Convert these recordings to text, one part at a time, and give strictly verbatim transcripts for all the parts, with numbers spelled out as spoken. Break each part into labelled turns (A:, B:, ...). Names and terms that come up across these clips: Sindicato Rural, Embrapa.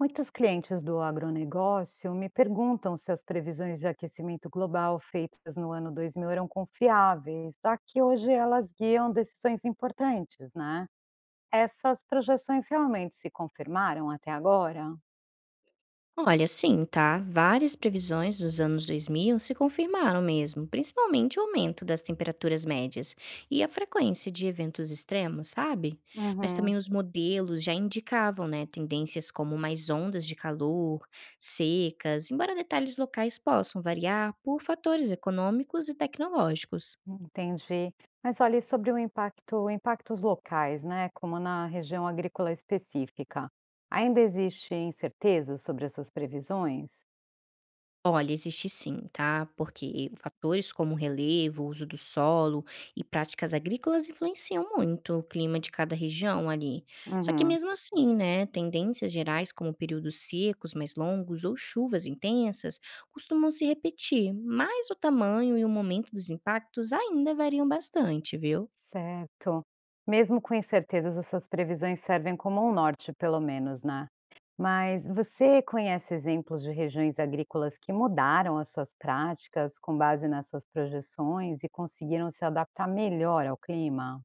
A: Muitos clientes do agronegócio me perguntam se as previsões de aquecimento global feitas no ano dois mil eram confiáveis, já que hoje elas guiam decisões importantes, né? Essas projeções realmente se confirmaram até agora?
B: Olha, sim, tá? Várias previsões dos anos dois mil se confirmaram mesmo, principalmente o aumento das temperaturas médias e a frequência de eventos extremos, sabe? Mas
A: Uhum,
B: também os modelos já indicavam, né, tendências como mais ondas de calor, secas, embora detalhes locais possam variar por fatores econômicos e tecnológicos.
A: entendi. Mas olhe sobre o impacto, impactos locais, né? Como na região agrícola específica. Ainda existe incerteza sobre essas previsões?
B: Olha, existe sim, tá? Porque fatores como relevo, uso do solo e práticas agrícolas influenciam muito o clima de cada região ali. Só que
A: Uhum.
B: mesmo assim, né, tendências gerais como períodos secos mais longos ou chuvas intensas costumam se repetir, mas o tamanho e o momento dos impactos ainda variam bastante, viu?
A: Certo. Mesmo com incertezas, essas previsões servem como um norte, pelo menos, né? Mas você conhece exemplos de regiões agrícolas que mudaram as suas práticas com base nessas projeções e conseguiram se adaptar melhor ao clima?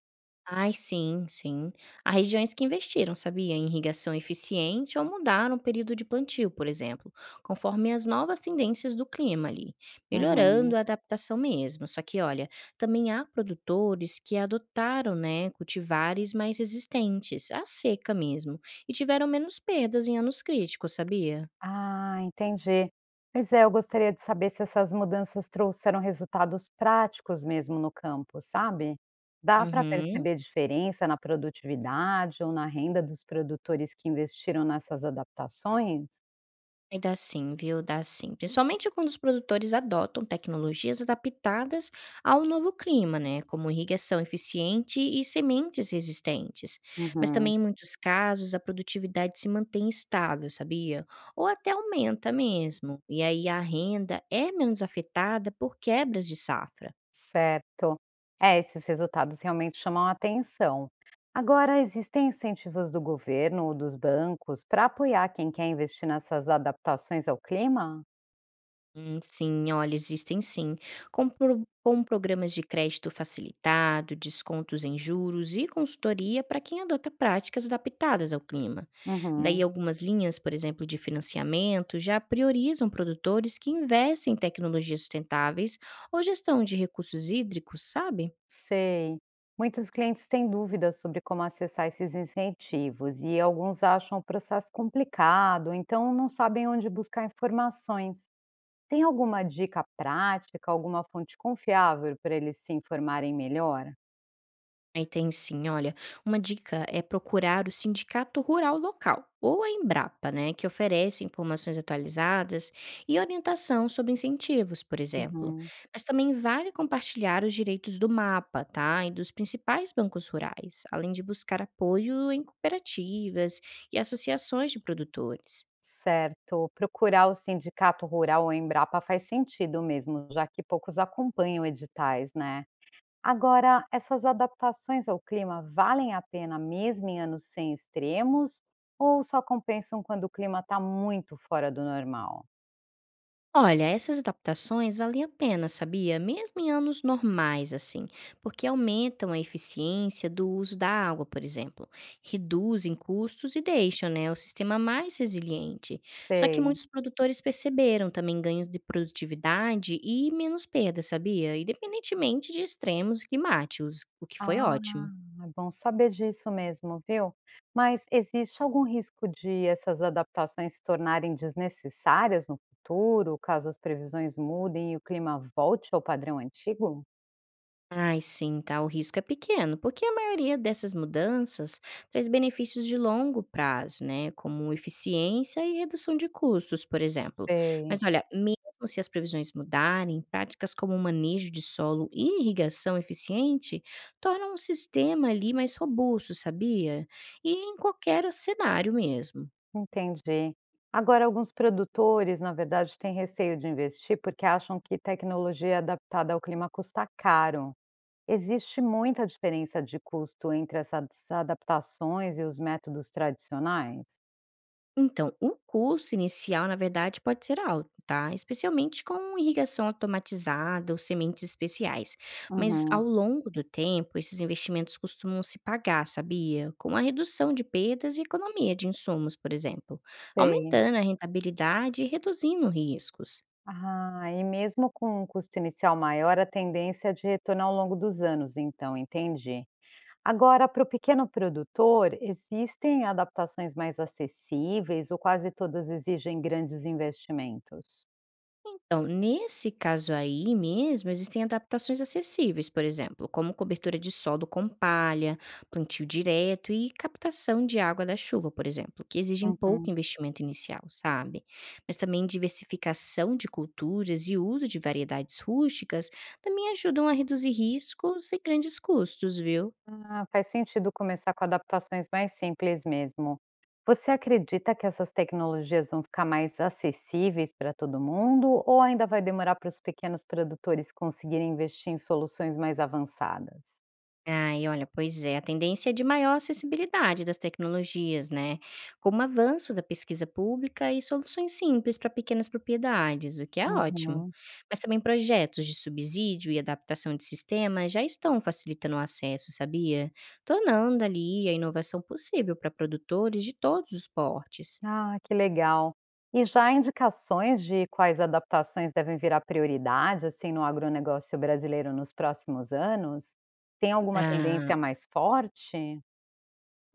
B: Ai, sim, sim. Há regiões que investiram, sabia, em irrigação eficiente ou mudaram o período de plantio, por exemplo, conforme as novas tendências do clima ali, melhorando
A: Uhum.
B: a adaptação mesmo. Só que, olha, também há produtores que adotaram, né, cultivares mais resistentes à seca mesmo e tiveram menos perdas em anos críticos, sabia?
A: Ah, entendi. Pois é, eu gostaria de saber se essas mudanças trouxeram resultados práticos mesmo no campo, sabe? Dá para
B: Uhum.
A: perceber diferença na produtividade ou na renda dos produtores que investiram nessas adaptações?
B: Ai, dá sim, viu? Dá sim. Principalmente quando os produtores adotam tecnologias adaptadas ao novo clima, né? Como irrigação eficiente e sementes resistentes. Mas
A: Uhum,
B: também, em muitos casos, a produtividade se mantém estável, sabia? Ou até aumenta mesmo. E aí a renda é menos afetada por quebras de safra.
A: certo. É, esses resultados realmente chamam a atenção. Agora, existem incentivos do governo ou dos bancos para apoiar quem quer investir nessas adaptações ao clima?
B: Hum, sim, olha, existem sim. Com, pro- com programas de crédito facilitado, descontos em juros e consultoria para quem adota práticas adaptadas ao clima. Daí,
A: Uhum.
B: algumas linhas, por exemplo, de financiamento, já priorizam produtores que investem em tecnologias sustentáveis ou gestão de recursos hídricos, sabe?
A: Sei. Muitos clientes têm dúvidas sobre como acessar esses incentivos e alguns acham o processo complicado, então não sabem onde buscar informações. Tem alguma dica prática, alguma fonte confiável para eles se informarem melhor?
B: Aí tem sim, olha, uma dica é procurar o Sindicato Rural Local, ou a Embrapa, né, que oferece informações atualizadas e orientação sobre incentivos, por exemplo.
A: Uhum.
B: Mas também vale compartilhar os direitos do mapa, tá, e dos principais bancos rurais, além de buscar apoio em cooperativas e associações de produtores.
A: Certo. Procurar o Sindicato Rural ou Embrapa faz sentido mesmo, já que poucos acompanham editais, né? Agora, essas adaptações ao clima valem a pena mesmo em anos sem extremos ou só compensam quando o clima está muito fora do normal?
B: Olha, essas adaptações valem a pena, sabia? Mesmo em anos normais, assim, porque aumentam a eficiência do uso da água, por exemplo, reduzem custos e deixam, né, o sistema mais resiliente. Só que
A: Sei.
B: muitos produtores perceberam também ganhos de produtividade e menos perda, sabia? Independentemente de extremos climáticos, o que foi
A: Ah,
B: ótimo.
A: é bom saber disso mesmo, viu? Mas existe algum risco de essas adaptações se tornarem desnecessárias no futuro, caso as previsões mudem e o clima volte ao padrão antigo?
B: Ai, sim, tá. O risco é pequeno, porque a maioria dessas mudanças traz benefícios de longo prazo, né? Como eficiência e redução de custos, por exemplo. Mas
A: Sei.
B: olha, mesmo se as previsões mudarem, práticas como o manejo de solo e irrigação eficiente tornam o sistema ali mais robusto, sabia? E em qualquer cenário mesmo.
A: Entendi. Agora, alguns produtores, na verdade, têm receio de investir porque acham que tecnologia adaptada ao clima custa caro. Existe muita diferença de custo entre essas adaptações e os métodos tradicionais?
B: Então, o custo inicial, na verdade, pode ser alto, tá? Especialmente com irrigação automatizada ou sementes especiais. Mas ao
A: Uhum,
B: longo do tempo, esses investimentos costumam se pagar, sabia? Com a redução de perdas e economia de insumos, por exemplo,
A: sei.
B: aumentando a rentabilidade e reduzindo riscos.
A: Ah, e mesmo com um custo inicial maior, a tendência é de retorno ao longo dos anos, então, entendi. Agora, para o pequeno produtor, existem adaptações mais acessíveis ou quase todas exigem grandes investimentos?
B: Então, nesse caso aí mesmo, existem adaptações acessíveis, por exemplo, como cobertura de solo com palha, plantio direto e captação de água da chuva, por exemplo, que exigem pouco
A: Uhum.
B: investimento inicial, sabe? Mas também diversificação de culturas e uso de variedades rústicas também ajudam a reduzir riscos e grandes custos, viu?
A: Ah, faz sentido começar com adaptações mais simples mesmo. Você acredita que essas tecnologias vão ficar mais acessíveis para todo mundo ou ainda vai demorar para os pequenos produtores conseguirem investir em soluções mais avançadas?
B: Ai, olha, pois é, a tendência é de maior acessibilidade das tecnologias, né? Como avanço da pesquisa pública e soluções simples para pequenas propriedades, o que é ótimo.
A: Uhum.
B: Mas também projetos de subsídio e adaptação de sistemas já estão facilitando o acesso, sabia? Tornando ali a inovação possível para produtores de todos os portes.
A: Ah, que legal. E já há indicações de quais adaptações devem virar prioridade, assim, no agronegócio brasileiro nos próximos anos? Tem alguma
B: Ah,
A: tendência mais forte?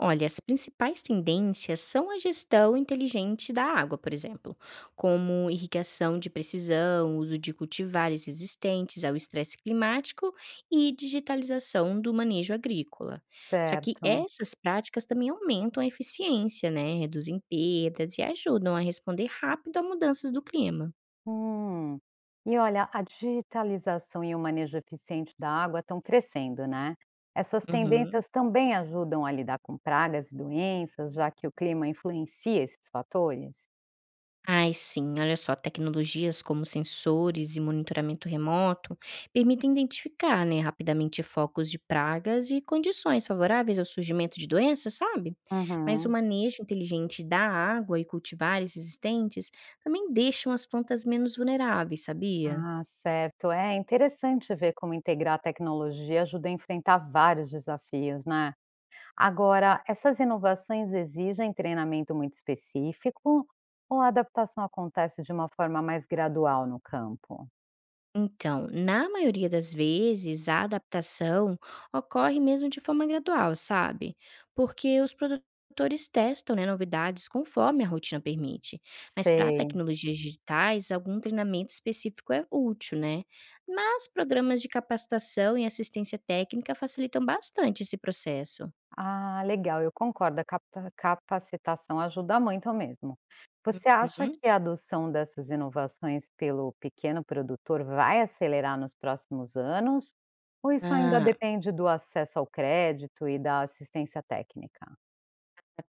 B: olha, as principais tendências são a gestão inteligente da água, por exemplo, como irrigação de precisão, uso de cultivares resistentes ao estresse climático e digitalização do manejo agrícola. Só que
A: Certo.
B: essas práticas também aumentam a eficiência, né? Reduzem perdas e ajudam a responder rápido a mudanças do clima.
A: Hum. E olha, a digitalização e o manejo eficiente da água estão crescendo, né? Essas
B: Uhum.
A: tendências também ajudam a lidar com pragas e doenças, já que o clima influencia esses fatores?
B: Ai, sim, olha só, tecnologias como sensores e monitoramento remoto permitem identificar, né, rapidamente focos de pragas e condições favoráveis ao surgimento de doenças, sabe? Mas o
A: Uhum.
B: manejo inteligente da água e cultivares existentes também deixam as plantas menos vulneráveis, sabia?
A: Ah, certo. É interessante ver como integrar a tecnologia ajuda a enfrentar vários desafios, né? Agora, essas inovações exigem treinamento muito específico ou a adaptação acontece de uma forma mais gradual no campo?
B: Então, na maioria das vezes, a adaptação ocorre mesmo de forma gradual, sabe? Porque os produtores testam, né, novidades conforme a rotina permite. Mas para
A: Sei.
B: tecnologias digitais, algum treinamento específico é útil, né? Mas programas de capacitação e assistência técnica facilitam bastante esse processo.
A: Ah, legal, eu concordo, a capta capacitação ajuda muito mesmo. Você acha
B: Uhum.
A: que a adoção dessas inovações pelo pequeno produtor vai acelerar nos próximos anos, ou isso ainda
B: Ah,
A: depende do acesso ao crédito e da assistência técnica?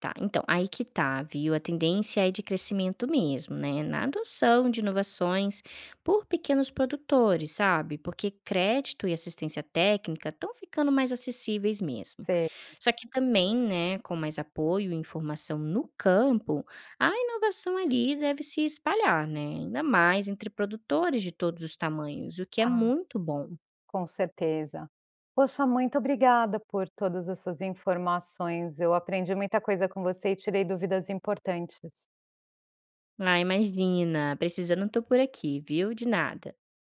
B: tá, então, aí que tá, viu? A tendência é de crescimento mesmo, né? Na adoção de inovações por pequenos produtores, sabe? Porque crédito e assistência técnica estão ficando mais acessíveis mesmo.
A: Sei.
B: Só que também, né, com mais apoio e informação no campo, a inovação ali deve se espalhar, né? Ainda mais entre produtores de todos os tamanhos, o que é
A: Ah,
B: muito bom.
A: com certeza. Poxa, muito obrigada por todas essas informações, eu aprendi muita coisa com você e tirei dúvidas importantes.
B: Ah, imagina, precisando tô por aqui, viu? De nada.